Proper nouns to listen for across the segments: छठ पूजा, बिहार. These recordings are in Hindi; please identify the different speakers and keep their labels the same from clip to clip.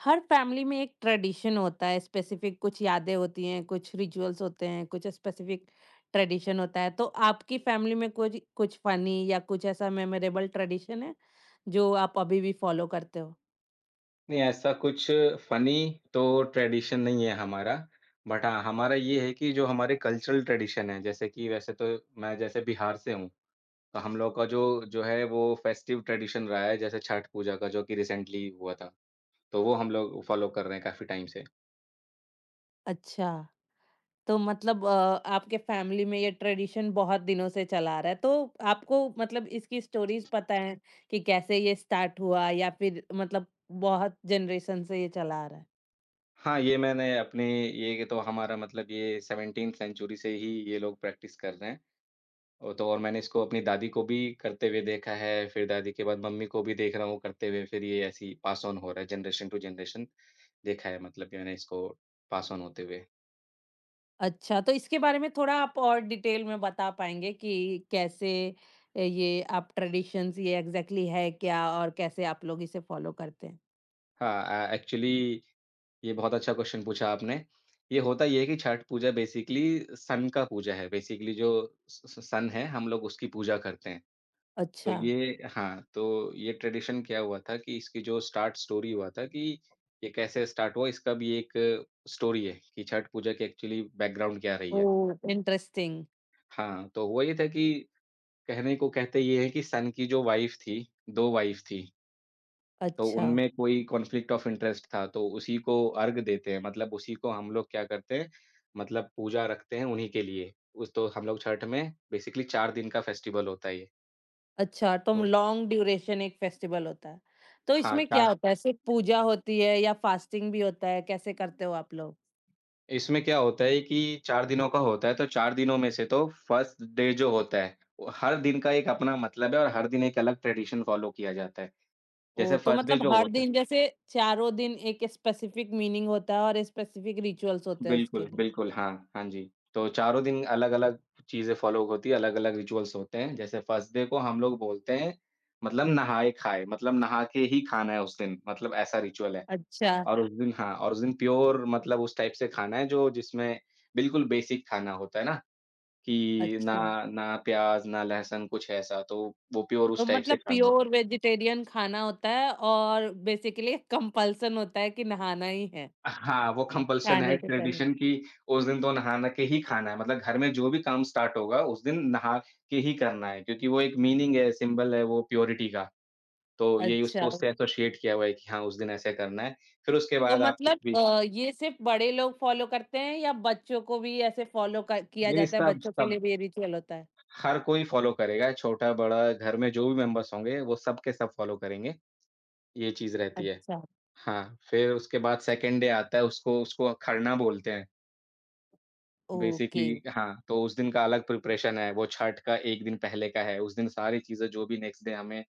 Speaker 1: हर फैमिली में एक ट्रेडिशन होता है, स्पेसिफिक कुछ यादें होती हैं, कुछ रिचुअल्स होते हैं, कुछ स्पेसिफिक ट्रेडिशन होता है। तो आपकी फैमिली में कुछ कुछ फनी या कुछ ऐसा मेमोरेबल ट्रेडिशन है जो आप अभी भी फॉलो करते हो?
Speaker 2: नहीं, ऐसा कुछ फनी तो ट्रेडिशन नहीं है हमारा। बट हाँ, हमारा ये है कि जो हमारे कल्चरल ट्रेडिशन है, जैसे कि वैसे तो मैं जैसे बिहार से हूँ, तो हम लोग का जो जो है वो फेस्टिव ट्रेडिशन रहा है, जैसे छठ पूजा का जो कि रिसेंटली हुआ था। तो वो हम लोग फॉलो कर रहे हैं काफ़ी टाइम से।
Speaker 1: अच्छा। तो मतलब आपके फैमिली में ये ट्रेडिशन बहुत दिनों से चला आ रहा है, तो आपको मतलब इसकी स्टोरीज पता है कि कैसे ये स्टार्ट हुआ, या फिर मतलब बहुत जनरेशन से ये चला आ रहा है?
Speaker 2: हाँ, ये मैंने अपने ये तो हमारा मतलब ये 17th सेंचुरी से ही ये लोग प्रैक्टिस कर रहे हैं। ओ, तो और मैंने इसको अपनी दादी को भी करते हुए देखा है, फिर दादी के बाद मम्मी को भी देख रहा हूँ करते हुए, फिर ये ऐसे ही पास ऑन हो रहा है, जनरेशन टू जनरेशन देखा है मतलब मैंने इसको पास ऑन होते हुए।
Speaker 1: अच्छा, तो इसके बारे में थोड़ा आप और डिटेल में बता पाएँगे कि कैसे ये आप ट्रेडिशंस ये एग्ज़ैक्टली है क्या और कैसे आप लोग इसे फ़ॉलो करते हैं?
Speaker 2: एक्चुअली ये बहुत अच्छा क्वेश्चन पूछा आपने। ये होता ये है कि छठ पूजा बेसिकली सन का पूजा है, बेसिकली जो स स सन है, हम लोग उसकी पूजा करते हैं। तो
Speaker 1: अच्छा।
Speaker 2: ये हाँ, तो ये ट्रेडिशन क्या हुआ था कि इसकी जो स्टार्ट स्टोरी हुआ था कि ये कैसे स्टार्ट हुआ, इसका भी एक स्टोरी है कि छठ पूजा की एक्चुअली बैकग्राउंड क्या रही है।
Speaker 1: ओह! इंटरेस्टिंग।
Speaker 2: हाँ, तो हुआ ये था कि कहने को कहते ये हैं कि सन की जो वाइफ़ थी, 2 वाइफ़ थी, तो
Speaker 1: अच्छा।
Speaker 2: उनमें कोई कॉन्फ्लिक्ट ऑफ इंटरेस्ट था, तो उसी को अर्घ देते हैं, मतलब उसी को हम लोग क्या करते हैं, मतलब पूजा रखते हैं उन्हीं के लिए। उस तो हम लोग छठ में बेसिकली 4 दिन का फेस्टिवल होता है ये।
Speaker 1: अच्छा, तो
Speaker 2: तो
Speaker 1: लॉन्ग ड्यूरेशन एक फेस्टिवल होता है। तो
Speaker 2: हाँ,
Speaker 1: इसमें क्या
Speaker 2: 4
Speaker 1: होता है, सिर्फ़ पूजा होती है या फास्टिंग भी होता है, कैसे करते हो आप लोग?
Speaker 2: इसमें क्या होता है कि 4 दिनों का होता है, तो 4 दिनों में से तो फर्स्ट डे जो होता है, वो हर दिन का एक अपना मतलब है और हर दिन एक अलग ट्रेडिशन फॉलो किया जाता है।
Speaker 1: ओह!
Speaker 2: जैसे
Speaker 1: तो
Speaker 2: फर्स्ट डे
Speaker 1: मतलब
Speaker 2: जो
Speaker 1: हर
Speaker 2: होता है
Speaker 1: दिन जैसे चारों दिन एक स्पेसिफिक मीनिंग होता है और स्पेसिफिक रिचुअल्स होते हैं उसके
Speaker 2: बिल्कुल,
Speaker 1: लिए।
Speaker 2: बिल्कुल, हाँ, हाँ जी। तो चारों दिन अलग-अलग चीज़ें फॉलो होती है, अलग-अलग रिचुअल्स होते हैं। जैसे फर्स्ट डे को हम लोग बोलते हैं मतलब नहाए-खाए, मतलब नहा के ही खाना है उस दिन, मतलब ऐसा रिचुअल है।
Speaker 1: अच्छा।
Speaker 2: और उस दिन हाँ, और उस दिन प्योर मतलब उस टाइप से खाना है जो जिसमें बिल्कुल बेसिक खाना होता है ना, कि ना
Speaker 1: अच्छा।
Speaker 2: ना प्याज़, ना लहसुन कुछ ऐसा, तो वो प्योर
Speaker 1: तो
Speaker 2: उस टाइप से
Speaker 1: मतलब
Speaker 2: खाना होता
Speaker 1: प्योर
Speaker 2: है।
Speaker 1: वेजिटेरियन खाना होता है और बेसिकली कंपल्सन होता है कि नहाना ही है,
Speaker 2: हाँ, वो कंपल्शन है
Speaker 1: खाने से पहले।
Speaker 2: ट्रेडिशन कि उस दिन तो नहा ना के ही खाना है, मतलब घर में जो भी काम स्टार्ट होगा उस दिन नहा के ही करना है, क्योंकि वो एक मीनिंग है, सिंबल है वो प्योरिटी का। तो यही उसको
Speaker 1: अच्छा,
Speaker 2: उससे एसोसिएट किया हुआ है कि हाँ, उस दिन ऐसे करना है। फिर उसके
Speaker 1: तो
Speaker 2: बाद आप कुछ
Speaker 1: मतलब
Speaker 2: भी
Speaker 1: ये सिर्फ़ बड़े लोग फ़ॉलो करते हैं या बच्चों को भी ऐसे फ़ॉलो क किया
Speaker 2: नहीं, नहीं
Speaker 1: जाता है,
Speaker 2: सब
Speaker 1: बच्चों के
Speaker 2: सब
Speaker 1: लिए भी ये रिचुअल होता है?
Speaker 2: हर कोई फॉलो करेगा, छोटा-बड़ा घर में जो भी मेंबर्स होंगे, वो सब के सब फॉलो करेंगे, ये चीज़ रहती है।
Speaker 1: अच्छा।
Speaker 2: हाँ, फिर उसके बाद सेकंड डे आता है, उसको उसको खरना बोलते हैं।
Speaker 1: ओके।
Speaker 2: बेसिकली हाँ, तो उस दिन का अलग प्रिपरेशन है, वो छठ का 1 दिन पहले का है। उस दिन सारी चीज़ें जो भी नेक्स्ट डे हमें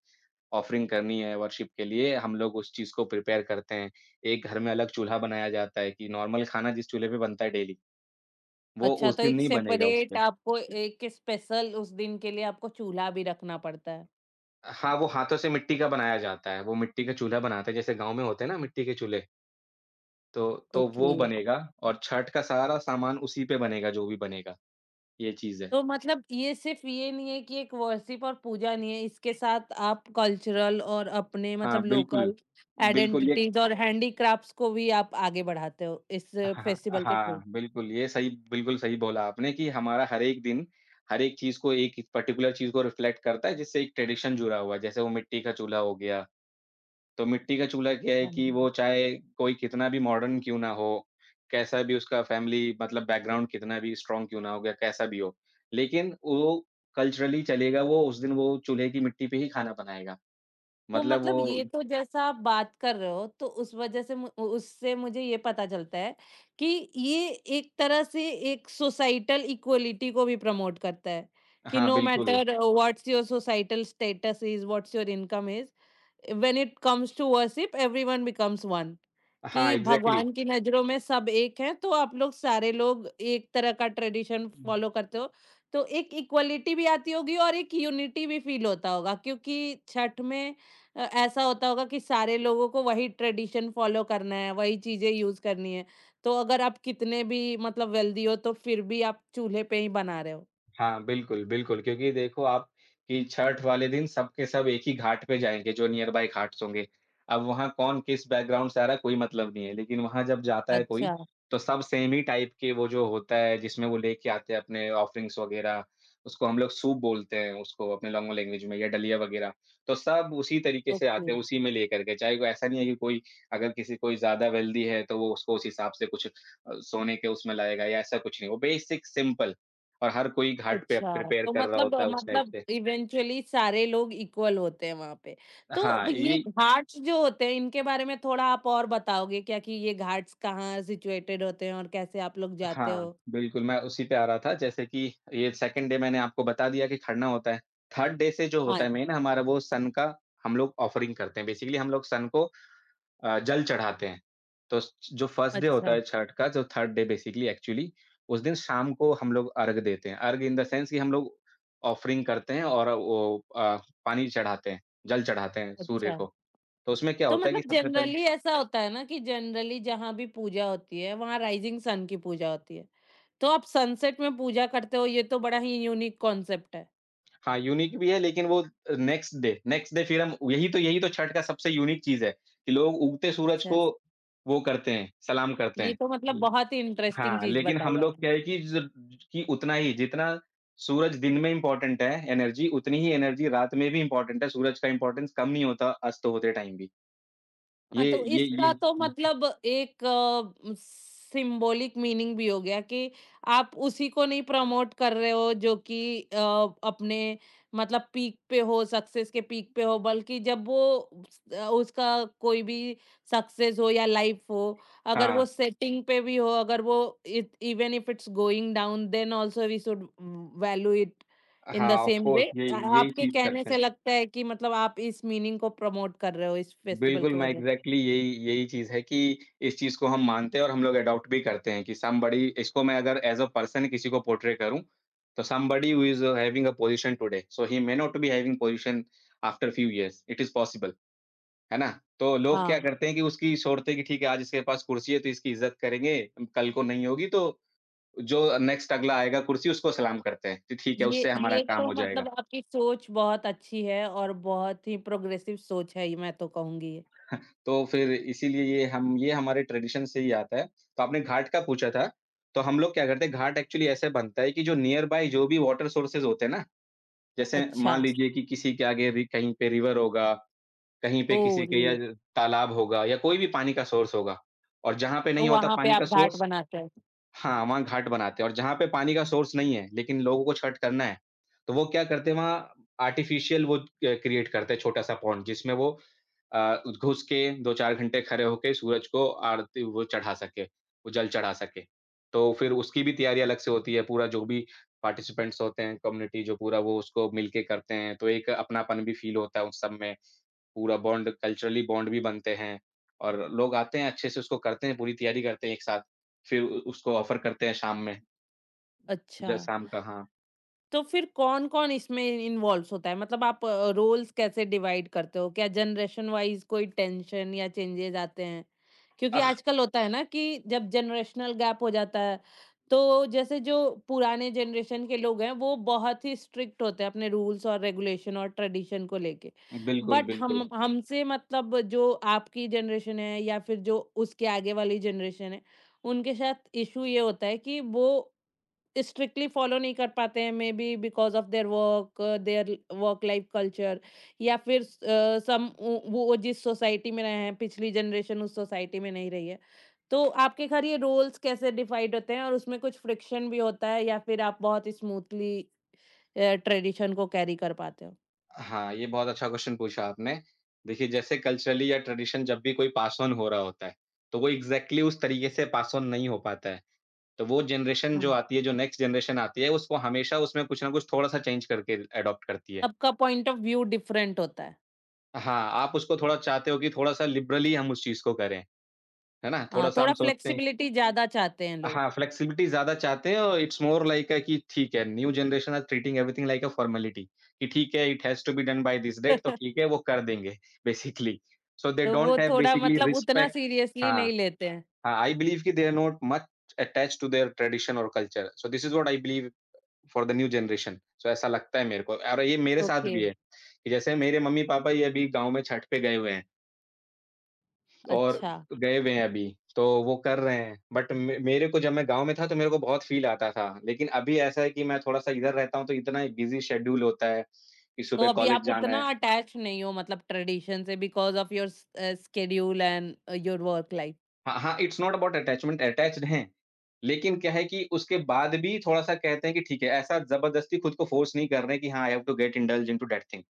Speaker 2: ऑफरिंग करनी है वर्शिप के लिए, हम लोग उस चीज़ को प्रिपेयर करते हैं। एक घर में अलग चूल्हा बनाया जाता है कि नॉर्मल खाना जिस चूल्हे पे बनता है डेली, वो
Speaker 1: अच्छा,
Speaker 2: उस
Speaker 1: तो
Speaker 2: दिन
Speaker 1: एक
Speaker 2: नहीं बनेगा उस
Speaker 1: सेपरेट
Speaker 2: पे।
Speaker 1: आपको एक स्पेशल उस दिन के लिए आपको चूल्हा भी रखना पड़ता है।
Speaker 2: हाँ, वो हाथों से मिट्टी का बनाया जाता है, वो मिट्टी का चूल्हा बनाते हैं, जैसे गाँव में होते हैं ना मिट्टी के चूल्हे, तो वो
Speaker 1: ओके।
Speaker 2: बनेगा और छठ का सारा सामान उसी पे बनेगा जो भी बनेगा, ये चीज़ है।
Speaker 1: तो मतलब ये सिर्फ़ ये नहीं है कि एक वर्शिप और पूजा नहीं है, इसके साथ आप कल्चरल और अपने
Speaker 2: हाँ,
Speaker 1: मतलब
Speaker 2: बिल्कुल।
Speaker 1: लोकल
Speaker 2: बिल्कुल, ये
Speaker 1: आइडेंटिटीज़ और हैंडीक्राफ्ट्स को भी आप आगे बढ़ाते हो इस
Speaker 2: हाँ, हाँ,
Speaker 1: फेस्टिवल के थ्रू।
Speaker 2: हाँ, बिल्कुल, ये सही बिल्कुल सही बोला आपने कि हमारा हर एक दिन, हर एक चीज़ को एक पर्टिकुलर चीज़ को रिफ्लेक्ट करता है जिससे एक ट्रेडिशन जुड़ा हुआ है, जैसे वो मिट्टी का चूल्हा हो गया, तो मिट्टी का चूल्हा क्या है
Speaker 1: हाँ
Speaker 2: कि
Speaker 1: जी।
Speaker 2: वो चाहे कोई कितना भी मॉडर्न क्यों ना हो, कैसा भी उसका फैमिली मतलब बैकग्राउंड कितना भी स्ट्रॉन्ग क्यों ना हो गया, कैसा भी हो, लेकिन वो कल्चरली चलेगा, वो उस दिन वो चूल्हे की मिट्टी पे ही खाना बनाएगा,
Speaker 1: तो
Speaker 2: मतलब
Speaker 1: मतलब
Speaker 2: वो
Speaker 1: ये तो जैसा आप बात कर रहे हो, तो उस वज़ह से मु उ उससे मुझे ये पता चलता है कि ये एक तरह से एक सोसाइटल इक्वालिटी को भी प्रमोट करता है, कि
Speaker 2: हाँ,
Speaker 1: नो
Speaker 2: बिल्कुल।
Speaker 1: Matter what's your societal status is, what's your income is, when it comes to worship everyone becomes one,
Speaker 2: हाँ,
Speaker 1: कि
Speaker 2: एग्ज़ैक्टली।
Speaker 1: भगवान की नजरों में सब एक हैं। तो आप लोग सारे लोग एक तरह का ट्रेडिशन फॉलो करते हो, तो एक इक्वलिटी भी आती होगी और एक यूनिटी भी फील होता होगा, क्योंकि छठ में ऐसा होता होगा कि सारे लोगों को वही ट्रेडिशन फॉलो करना है, वही चीजें यूज करनी है। तो अगर आप कितने भी मतलब वेल्दी हो, तो फिर भी आप चूल्हे पे ही बना रहे हो।
Speaker 2: हाँ, बिल्कुल, बिल्कुल, क्योंकि देखो आप कि छठ वाले दिन सब के सब एक ही घाट पे जाएँगे, जो नियर बाय घाट्स होंगे। अब वहाँ कौन किस बैकग्राउंड से आ रहा है, कोई मतलब नहीं है, लेकिन वहाँ जब जाता है कोई,
Speaker 1: अच्छा।
Speaker 2: तो सब सेम ही टाइप के वो जो होता है, जिसमें वो लेके आते हैं अपने ऑफरिंग्स वगैरह, उसको हम लोग सूप बोलते हैं उसको अपने लोंगो लैंग्वेज में या दलिया वगैरह। तो सब उसी तरीके से आते
Speaker 1: ओके।
Speaker 2: हैं, उसी में लेकर के, चाहे वो ऐसा नहीं है कि कोई अगर किसी कोई ज़्यादा वेल्दी है, तो वो उसको उस हिसाब से सोने के उसमें लाएगा या ऐसा कुछ नहीं, वो बेसिक सिंपल। और हर कोई घाट पे
Speaker 1: अच्छा,
Speaker 2: प्रिपेयर
Speaker 1: तो
Speaker 2: कर रहा
Speaker 1: मतलब
Speaker 2: होता है उस टाइप
Speaker 1: मतलब
Speaker 2: से।
Speaker 1: इवेंचुअली सारे लोग इक्वल होते हैं वहाँ पे।
Speaker 2: हाँ,
Speaker 1: तो ये
Speaker 2: ये
Speaker 1: घाट्स जो होते हैं, इनके बारे में थोड़ा आप और बताओगे क्या कि ये घाट्स कहाँ सिचुएटेड होते हैं और कैसे आप लोग जाते
Speaker 2: हाँ,
Speaker 1: हो?
Speaker 2: बिल्कुल मैं उसी पे आ रहा था जैसे कि ये सेकंड डे मैंने आपको बता दिया कि खड़ना होता है। थर्ड डे से जो होता
Speaker 1: हाँ।
Speaker 2: है मेन हमारा वो सन का हम लोग ऑफरिंग करते हैं। बेसिकली हम लोग सन को जल चढ़ाते हैं। तो स जो फर्स्ट डे होता
Speaker 1: अच्छा।
Speaker 2: है छठ का जो थर्ड डे बेसिकली एक्चुअली उस दिन शाम को हम लोग अर्घ देते हैं। अर्घ इन द सेंस कि हम लोग ऑफरिंग करते हैं और पानी चढ़ाते हैं, जल चढ़ाते हैं सूर्य
Speaker 1: अच्छा।
Speaker 2: को। तो उसमें क्या
Speaker 1: तो
Speaker 2: होता है कि
Speaker 1: मतलब
Speaker 2: सबसे पहले
Speaker 1: जनरली ऐसा होता है ना कि जनरली जहाँ भी पूजा होती है वहाँ राइज़िंग सन की पूजा होती है। तो आप सनसेट में पूजा करते हो, ये तो बड़ा ही यूनिक कॉन्सेप्ट है।
Speaker 2: हाँ, यूनिक भी है लेकिन वो नेक्स्ट डे फिर हम यही तो छठ का सबसे यूनिक चीज़ है कि लोग उगते सूरज
Speaker 1: अच्छा।
Speaker 2: को वो करते हैं, सलाम करते
Speaker 1: ये
Speaker 2: हैं।
Speaker 1: तो मतलब
Speaker 2: ल
Speaker 1: बहुत ही इंटरेस्टिंग
Speaker 2: हाँ,
Speaker 1: चीज़
Speaker 2: लेकिन हम
Speaker 1: बताई
Speaker 2: लोग
Speaker 1: आपने।
Speaker 2: क्या है कि ज कि उतना ही जितना सूरज दिन में इम्पोर्टेंट है एनर्जी, उतनी ही एनर्जी रात में भी इम्पोर्टेंट है, सूरज का इम्पोर्टेंस कम नहीं होता अस्त होते टाइम भी। ये
Speaker 1: हाँ, तो इसका
Speaker 2: ये
Speaker 1: तो मतलब एक सिंबॉलिक मीनिंग भी हो गया कि आप उसी को नहीं प्रमोट कर रहे हो जो कि अपने मतलब पीक पे हो, सक्सेस के पीक पे हो, बल्कि जब वो उसका कोई भी सक्सेस हो या लाइफ हो, अगर
Speaker 2: हाँ,
Speaker 1: वो सेटिंग पे भी हो, अगर वो even if it's going down then also we should value it in
Speaker 2: हाँ
Speaker 1: the
Speaker 2: of
Speaker 1: same
Speaker 2: course
Speaker 1: way.
Speaker 2: यही यही
Speaker 1: आपके
Speaker 2: चीज़
Speaker 1: कहने
Speaker 2: करते हैं।
Speaker 1: से लगता है कि मतलब आप इस मीनिंग को प्रमोट कर रहे हो इस फेस्टिवल
Speaker 2: बिल्कुल,
Speaker 1: की
Speaker 2: मैं
Speaker 1: वजह।
Speaker 2: एग्ज़ैक्टली यही यही चीज़ है कि इस चीज़ को हम मानते हैं और हम लोग एडॉप्ट भी करते हैं कि समबडी इसको मैं अगर एज़ अ पर्सन किसी को पोर्ट्रे करूँ, तो somebody who is having a position today, so he may not be having position after few years, it is possible, है ना? तो लोग क्या
Speaker 1: हाँ,
Speaker 2: करते हैं कि उसकी छोड़ते हैं कि ठीक है, आज इसके पास कुर्सी है, तो इसकी इज़्ज़त करेंगे, कल को नहीं होगी तो जो नेक्स्ट अगला आएगा कुर्सी, उसको सलाम करते हैं कि ठीक है,
Speaker 1: ये
Speaker 2: उससे हमारा
Speaker 1: ये
Speaker 2: काम
Speaker 1: तो
Speaker 2: हो जाएगा।
Speaker 1: मतलब आपकी सोच बहुत अच्छी है और बहुत ही प्रोग्रेसिव सोच है, ये मैं तो कहूँगी।
Speaker 2: तो फिर इसीलिए ये हमारे ट्रेडिशन से ही आता है। तो आपने घाट का पूछा था, तो हम लोग क्या करते हैं घाट एक्चुअली ऐसे बनता है कि जो नियर बाय जो भी वाटर सोर्सेज़ होते हैं ना, जैसे
Speaker 1: अच्छा।
Speaker 2: मान लीजिए कि किसी के आगे रि कहीं पे रिवर होगा, कहीं पे
Speaker 1: ओह!
Speaker 2: किसी के या
Speaker 1: रियली?
Speaker 2: तालाब होगा या कोई भी पानी का सोर्स होगा और जहाँ पे
Speaker 1: तो
Speaker 2: नहीं होता
Speaker 1: वहाँ पे
Speaker 2: पानी का
Speaker 1: आप घाट
Speaker 2: सोर्स
Speaker 1: बनाते हैं।
Speaker 2: हाँ, वहाँ घाट बनाते हैं और जहाँ पे पानी का सोर्स नहीं है, लेकिन लोगों को छठ करना है, तो वो क्या करते हैं वहाँ आर्टिफ़िशियल वो क क्रिएट करते हैं छोटा-सा पॉन्ड जिसमें अ, घुस के 2-4 घंटे खड़े होके सूरज को आरती वो चढ़ा सके, वो जल चढ़ा सके। तो फिर उसकी भी तैयारी अलग से होती है, पूरा जो भी पार्टिसिपेंट्स होते हैं, कम्युनिटी जो पूरा वो उसको मिलके करते हैं, तो एक अपनापन भी फ़ील होता है उन सब में। पूरा बॉन्ड कल्चरली बॉन्ड भी बनते हैं और लोग आते हैं अच्छे से उसको करते हैं, पूरी तैयारी करते हैं एक साथ। फिर उ उसको ऑफ़र करते हैं शाम में,
Speaker 1: अच्छा।
Speaker 2: ज शाम का हाँ।
Speaker 1: तो फिर कौन-कौन इसमें इन्वॉल्व्स होता है? मतलब आप रोल्स कैसे डिवाइड करते हो? क्या जनरेशन वाइज़ कोई टेंशन या चेंजेज़ आते हैं? क्योंकि
Speaker 2: अह,
Speaker 1: आजकल होता है ना कि जब जनरेशनल गैप हो जाता है, तो जैसे जो पुराने जनरेशन के लोग हैं, वो बहुत ही स्ट्रिक्ट होते हैं अपने रूल्स और रेगुलेशन और ट्रेडिशन को लेके।
Speaker 2: बिल्कुल,
Speaker 1: बट
Speaker 2: बिल्कुल।
Speaker 1: हम हमसे मतलब जो आपकी जनरेशन है या फिर जो उसके आगे वाली जनरेशन है, उनके साथ इश्यू ये होता है कि वो स्ट्रिक्टली फॉलो नहीं कर पाते हैं, maybe because of their work, their work life culture, या फिर सम वो जिस सोसाइटी में रहे हैं, पिछली जनरेशन उस सोसाइटी में नहीं रही है। तो आपके घर ये रोल्स कैसे डिफाइंड होते हैं और उसमें कुछ फ्रिक्शन भी होता है या फिर आप बहुत स्मूथली ट्रेडिशन को कैरी कर पाते हो?
Speaker 2: हाँ, ये बहुत अच्छा क्वेश्चन पूछा आपने। देखिए जैसे कल्चरली या ट्रेडिशन जब भी कोई पास ऑन हो रहा होता है, तो वो एग्ज़ैक्टली उस तरीके से पास ऑन नहीं हो पाता है। तो वो जनरेशन जो
Speaker 1: हाँ।
Speaker 2: आती है, जो नेक्स्ट जनरेशन आती है, उसको हमेशा उसमें कुछ ना कुछ थोड़ा-सा चेंज करके एडॉप्ट करती है।
Speaker 1: सबका पॉइंट ऑफ व्यू डिफरेंट होता है।
Speaker 2: हाँ, आप उसको थोड़ा चाहते हो कि थोड़ा-सा लिबरली हम उस चीज़ को करें, है ना?
Speaker 1: हाँ,
Speaker 2: थोड़ा-सा हम
Speaker 1: थोड़ा
Speaker 2: सोचते हैं।
Speaker 1: फ्लेक्सिबिलिटी ज्यादा चाहते हैं लोग।
Speaker 2: हाँ, फ्लेक्सिबिलिटी ज़्यादा चाहते हैं और इट्स मोर लाइक अ कि ठीक है, new generation are treating everything like a formality कि ठीक है, it has to be done by this date, तो ठीक है, वो कर देंगे बेसिकली। सो दे
Speaker 1: तो वो
Speaker 2: डोंट हैव
Speaker 1: थोड़ा
Speaker 2: बेसिकली
Speaker 1: मतलब उतना
Speaker 2: रिस्पेक्ट।
Speaker 1: सीरियसली
Speaker 2: हाँ,
Speaker 1: नहीं लेते हैं।
Speaker 2: हाँ, आई बिलीव कि they are not much attached to their tradition और कल्चर। So this is what I believe for the new generation. So ऐसा लगता है मेरे को, और ये मेरे साथ
Speaker 1: ओके।
Speaker 2: भी है कि जैसे मेरे मम्मी-पापा ये अभी गाँव में छठ पे गए हुए हैं। और
Speaker 1: अच्छा।
Speaker 2: गए हुए हैं अभी, तो वो कर रहे हैं। बट मे मेरे को जब मैं गाँव में था तो मेरे को बहुत फ़ील आता था। लेकिन अभी ऐसा है कि मैं थोड़ा-सा इधर रहता हूँ, तो इतना एक बिज़ी शेड्यूल होता है कि
Speaker 1: तो
Speaker 2: सुबह
Speaker 1: अभी
Speaker 2: कॉलेज
Speaker 1: आप
Speaker 2: जाना
Speaker 1: उतना
Speaker 2: है।
Speaker 1: अटैच नहीं हो मतलब ट्रेडिशन से, because of your schedule and your work life.
Speaker 2: हाँ, हाँ, it's not about attachment, attached हैं। लेकिन क्या है कि उसके बाद भी थोड़ा-सा कहते हैं कि ठीक है, ऐसा ज़बरदस्ती खुद को फ़ोर्स नहीं कर रहे हैं कि हाँ, I have to get indulge into that thing.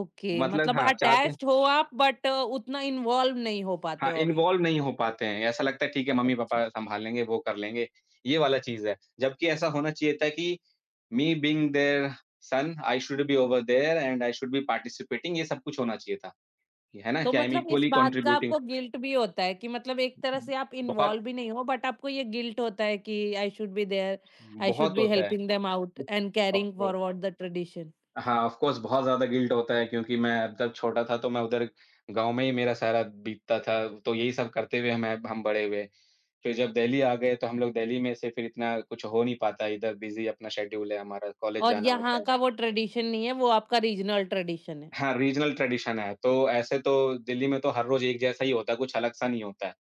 Speaker 1: Okay,
Speaker 2: मतलब
Speaker 1: मतलब
Speaker 2: हाँ, चाहते हैं।
Speaker 1: अटैच्ड हो आप बट उतना इन्वॉल्व नहीं हो पाते
Speaker 2: हाँ,
Speaker 1: हो अभी।
Speaker 2: इन्वॉल्व नहीं हो पाते हैं। ऐसा लगता है ठीक है,
Speaker 1: अच्छा,
Speaker 2: मम्मी-पापा सँभाल लेंगे, वो कर लेंगे, ये वाला चीज़ है। जबकि ऐसा होना चाहिए था कि me being their son, I should be over there and I should be participating, ये सब कुछ होना चाहिए था, है ना?
Speaker 1: तो
Speaker 2: कि आई एम
Speaker 1: मतलब इस
Speaker 2: इक्वली
Speaker 1: बात का
Speaker 2: कंट्रीब्यूटिंग।
Speaker 1: आपको गिल्ट भी होता है कि मतलब एक तरह से आप
Speaker 2: बहुत
Speaker 1: इन्वॉल्व भी नहीं हो, बट आपको ये गिल्ट होता है कि I should be there, I should
Speaker 2: बहुत
Speaker 1: बी
Speaker 2: होता है।
Speaker 1: Helping them out and
Speaker 2: of
Speaker 1: caring
Speaker 2: course.
Speaker 1: Forward the tradition.
Speaker 2: हाँ, ऑफ़ कोर्स बहुत ज़्यादा गिल्ट होता है क्योंकि मैं जब छोटा था तो मैं उधर गाँव में ही मेरा सारा बीतता था, तो यही सब करते हुए मैं हम बड़े हुए। फिर जब दिल्ली आ गए तो हम लोग दिल्ली में से फिर इतना कुछ हो नहीं पाता, इधर बिज़ी अपना शेड्यूल है हमारा, कॉलेज
Speaker 1: और
Speaker 2: जाना होता
Speaker 1: यहाँ
Speaker 2: है।
Speaker 1: का वो ट्रेडिशन नहीं है, वो आपका रीजनल ट्रेडिशन है।
Speaker 2: हाँ, रीजनल ट्रेडिशन है, तो ऐसे तो दिल्ली में तो हर रोज़ एक जैसा ही होता है, कुछ अलग-सा नहीं होता है,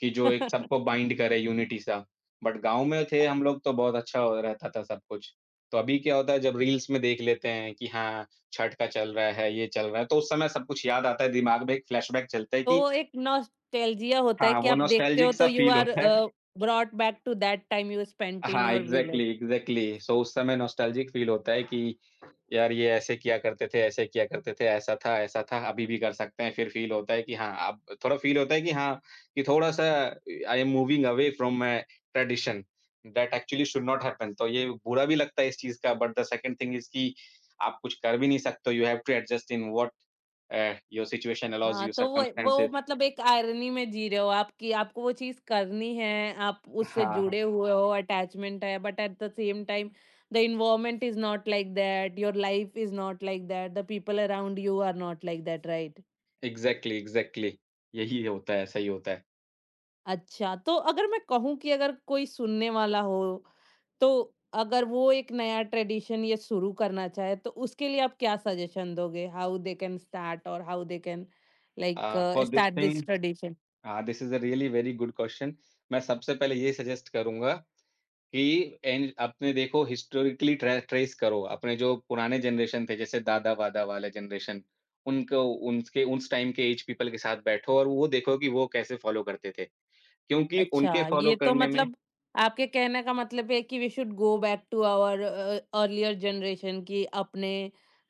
Speaker 2: कि जो एक सबको बाइंड करे, यूनिटी सा। बट गाँव में थे हम लोग तो बहुत अच्छा हो रहता था सब कुछ। तो अभी क्या होता है, जब रील्स में देख लेते हैं कि हाँ, छठ का चल रहा है, ये चल रहा है, तो उस समय सब कुछ याद आता है, दिमाग में एक फ्लैशबैक चलता है
Speaker 1: तो
Speaker 2: कि
Speaker 1: एक नॉस्टैल्जिया होता है
Speaker 2: हाँ,
Speaker 1: कि
Speaker 2: वो
Speaker 1: आप देखते हो
Speaker 2: नॉस्टैल्जिक सा
Speaker 1: तो यू
Speaker 2: फील
Speaker 1: आर
Speaker 2: होता है।
Speaker 1: Brought back to that time you spent in
Speaker 2: हाँ,
Speaker 1: your village.
Speaker 2: Exactly, exactly. So उस समय नॉस्टैल्जिक फ़ील होता है कि यार ये ऐसे किया करते थे, ऐसे किया करते थे, ऐसा था, अभी भी कर सकते हैं। फिर फ़ील होता है कि हाँ, अब थोड़ा फ़ील होता है कि हाँ, कि थोड़ा-सा I am moving away from my tradition, that actually should not happen. तो ये बुरा भी लगता है इस चीज़ का, but the second thing is कि आप कुछ कर भी नहीं सकते हो। You have to adjust in what your situation allows
Speaker 1: हाँ,
Speaker 2: यू,
Speaker 1: तो वो
Speaker 2: सर्कमस्टेंसेस।
Speaker 1: मतलब एक आयरनी में जी रहे हो आप कि आपको वो चीज़ करनी है, आप उससे
Speaker 2: हाँ,
Speaker 1: जुड़े हुए हो, अटैचमेंट है, but at the same time the environment is not like that, your life is not like that, the people around you are not like that, right?
Speaker 2: Exactly, exactly. यही होता है, ऐसा ही होता है।
Speaker 1: अच्छा, तो अगर मैं कहूँ कि अगर कोई सुनने वाला हो, तो अगर वो एक नया ट्रेडिशन ये शुरू करना चाहे, तो उसके लिए आप क्या सजेशन दोगे? हाउ दे कैन स्टार्ट और how they can like
Speaker 2: for this
Speaker 1: start
Speaker 2: thing.
Speaker 1: This tradition?
Speaker 2: हाँ, this is a really very good question. मैं सबसे पहले ये सजेस्ट करूँगा कि एन अपने देखो, हिस्टोरिकली ट्रेस करो, अपने जो पुराने जनरेशन थे, जैसे दादा-वादा वाले जनरेशन, उनको उनके उस टाइम के एज पीपल के साथ बैठो और वो देखो कि वो कैसे फॉलो करते थे। क्योंकि उनके
Speaker 1: अच्छा,
Speaker 2: फॉलो
Speaker 1: ये तो
Speaker 2: करने में
Speaker 1: मतलब आपके कहने का मतलब है कि we should go back to our earlier generation, कि अपने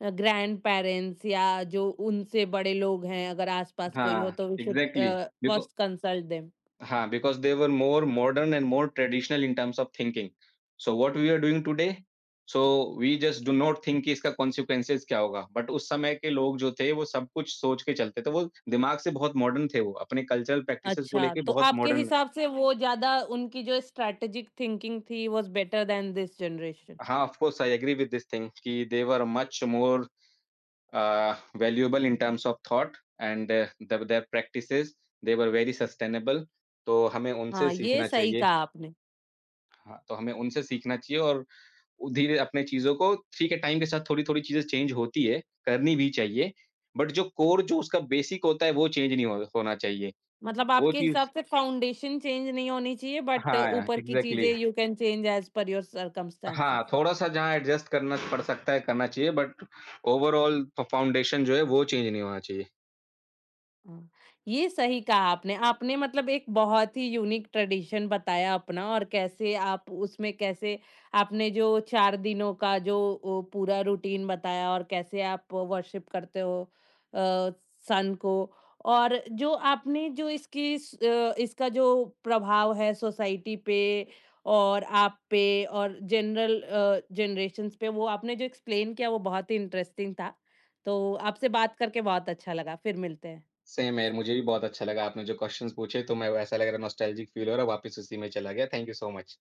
Speaker 1: ग्रैंडपेरेंट्स या जो उनसे बड़े लोग हैं अगर आस-पास कोई हो
Speaker 2: हाँ,
Speaker 1: तो वी शुड
Speaker 2: एग्ज़ैक्टली। देखो।
Speaker 1: First consult them.
Speaker 2: Because they were more modern and more traditional in terms of thinking. So what we are doing today, so we just do not think कि इसका consequences क्या होगा. But उस समय के लोग जो थे वो सब कुछ सोच के चलते थे। वो दिमाग से बहुत मॉडर्न थे वो। अपने कल्चरल प्रैक्टिसेस को
Speaker 1: अच्छा,
Speaker 2: लेके
Speaker 1: तो
Speaker 2: बहुत
Speaker 1: आपके
Speaker 2: मॉडर्न।
Speaker 1: हिसाब से वो ज़्यादा उनकी जो स्ट्रैटेजिक थिंकिंग थी was better than this generation.
Speaker 2: हाँ, of course I agree with this thing कि they were much more uh, valuable in terms of thought and the their practices, they were very sustainable. तो हमें उनसे
Speaker 1: हाँ, ये
Speaker 2: सीखना
Speaker 1: सही
Speaker 2: चाहिए।
Speaker 1: कहा आपने।
Speaker 2: हाँ, तो हमें उनसे सीखना चाहिए और उ धीरे अपने चीज़ों को ठीक है, टाइम के साथ थोड़ी-थोड़ी चीज़ें चेंज होती है, करनी भी चाहिए, बट जो कोर, जो उसका बेसिक होता है, वो चेंज नहीं हो होना चाहिए।
Speaker 1: मतलब
Speaker 2: वो
Speaker 1: आपके
Speaker 2: चीज़
Speaker 1: हिसाब से फाउंडेशन चेंज नहीं होनी चाहिए बट
Speaker 2: हाँ,
Speaker 1: ऊपर की
Speaker 2: एग्ज़ैक्टली।
Speaker 1: चीज़ें you can change as per your circumstances.
Speaker 2: हाँ, थोड़ा-सा जहाँ एडजस्ट करना पड़ सकता है, करना चाहिए, बट ओवरऑल फ फाउंडेशन जो है वो चेंज नहीं होना चाहिए।
Speaker 1: हाँ, ये सही कहा आपने। आपने मतलब एक बहुत ही यूनिक ट्रेडिशन बताया अपना और कैसे आप उसमें कैसे आपने जो 4 दिनों का जो ओ, पूरा रूटीन बताया और कैसे आप वर्शिप करते हो अ, सन को, और जो आपने जो इसकी इसका जो प्रभाव है सोसाइटी पे और आप पे और जनरल जनरेशंस पे, वो आपने जो एक्सप्लेन किया वो बहुत ही इंटरेस्टिंग था। तो आपसे बात करके बहुत अच्छा लगा। फिर मिलते हैं।
Speaker 2: सेम है यार, मुझे भी बहुत अच्छा लगा, आपने जो क्वेश्चन्स पूछे तो मैं वैसा लग रहा है नॉस्टैल्जिक फील हो रहा है, वापस उसी में चला गया। Thank you so much.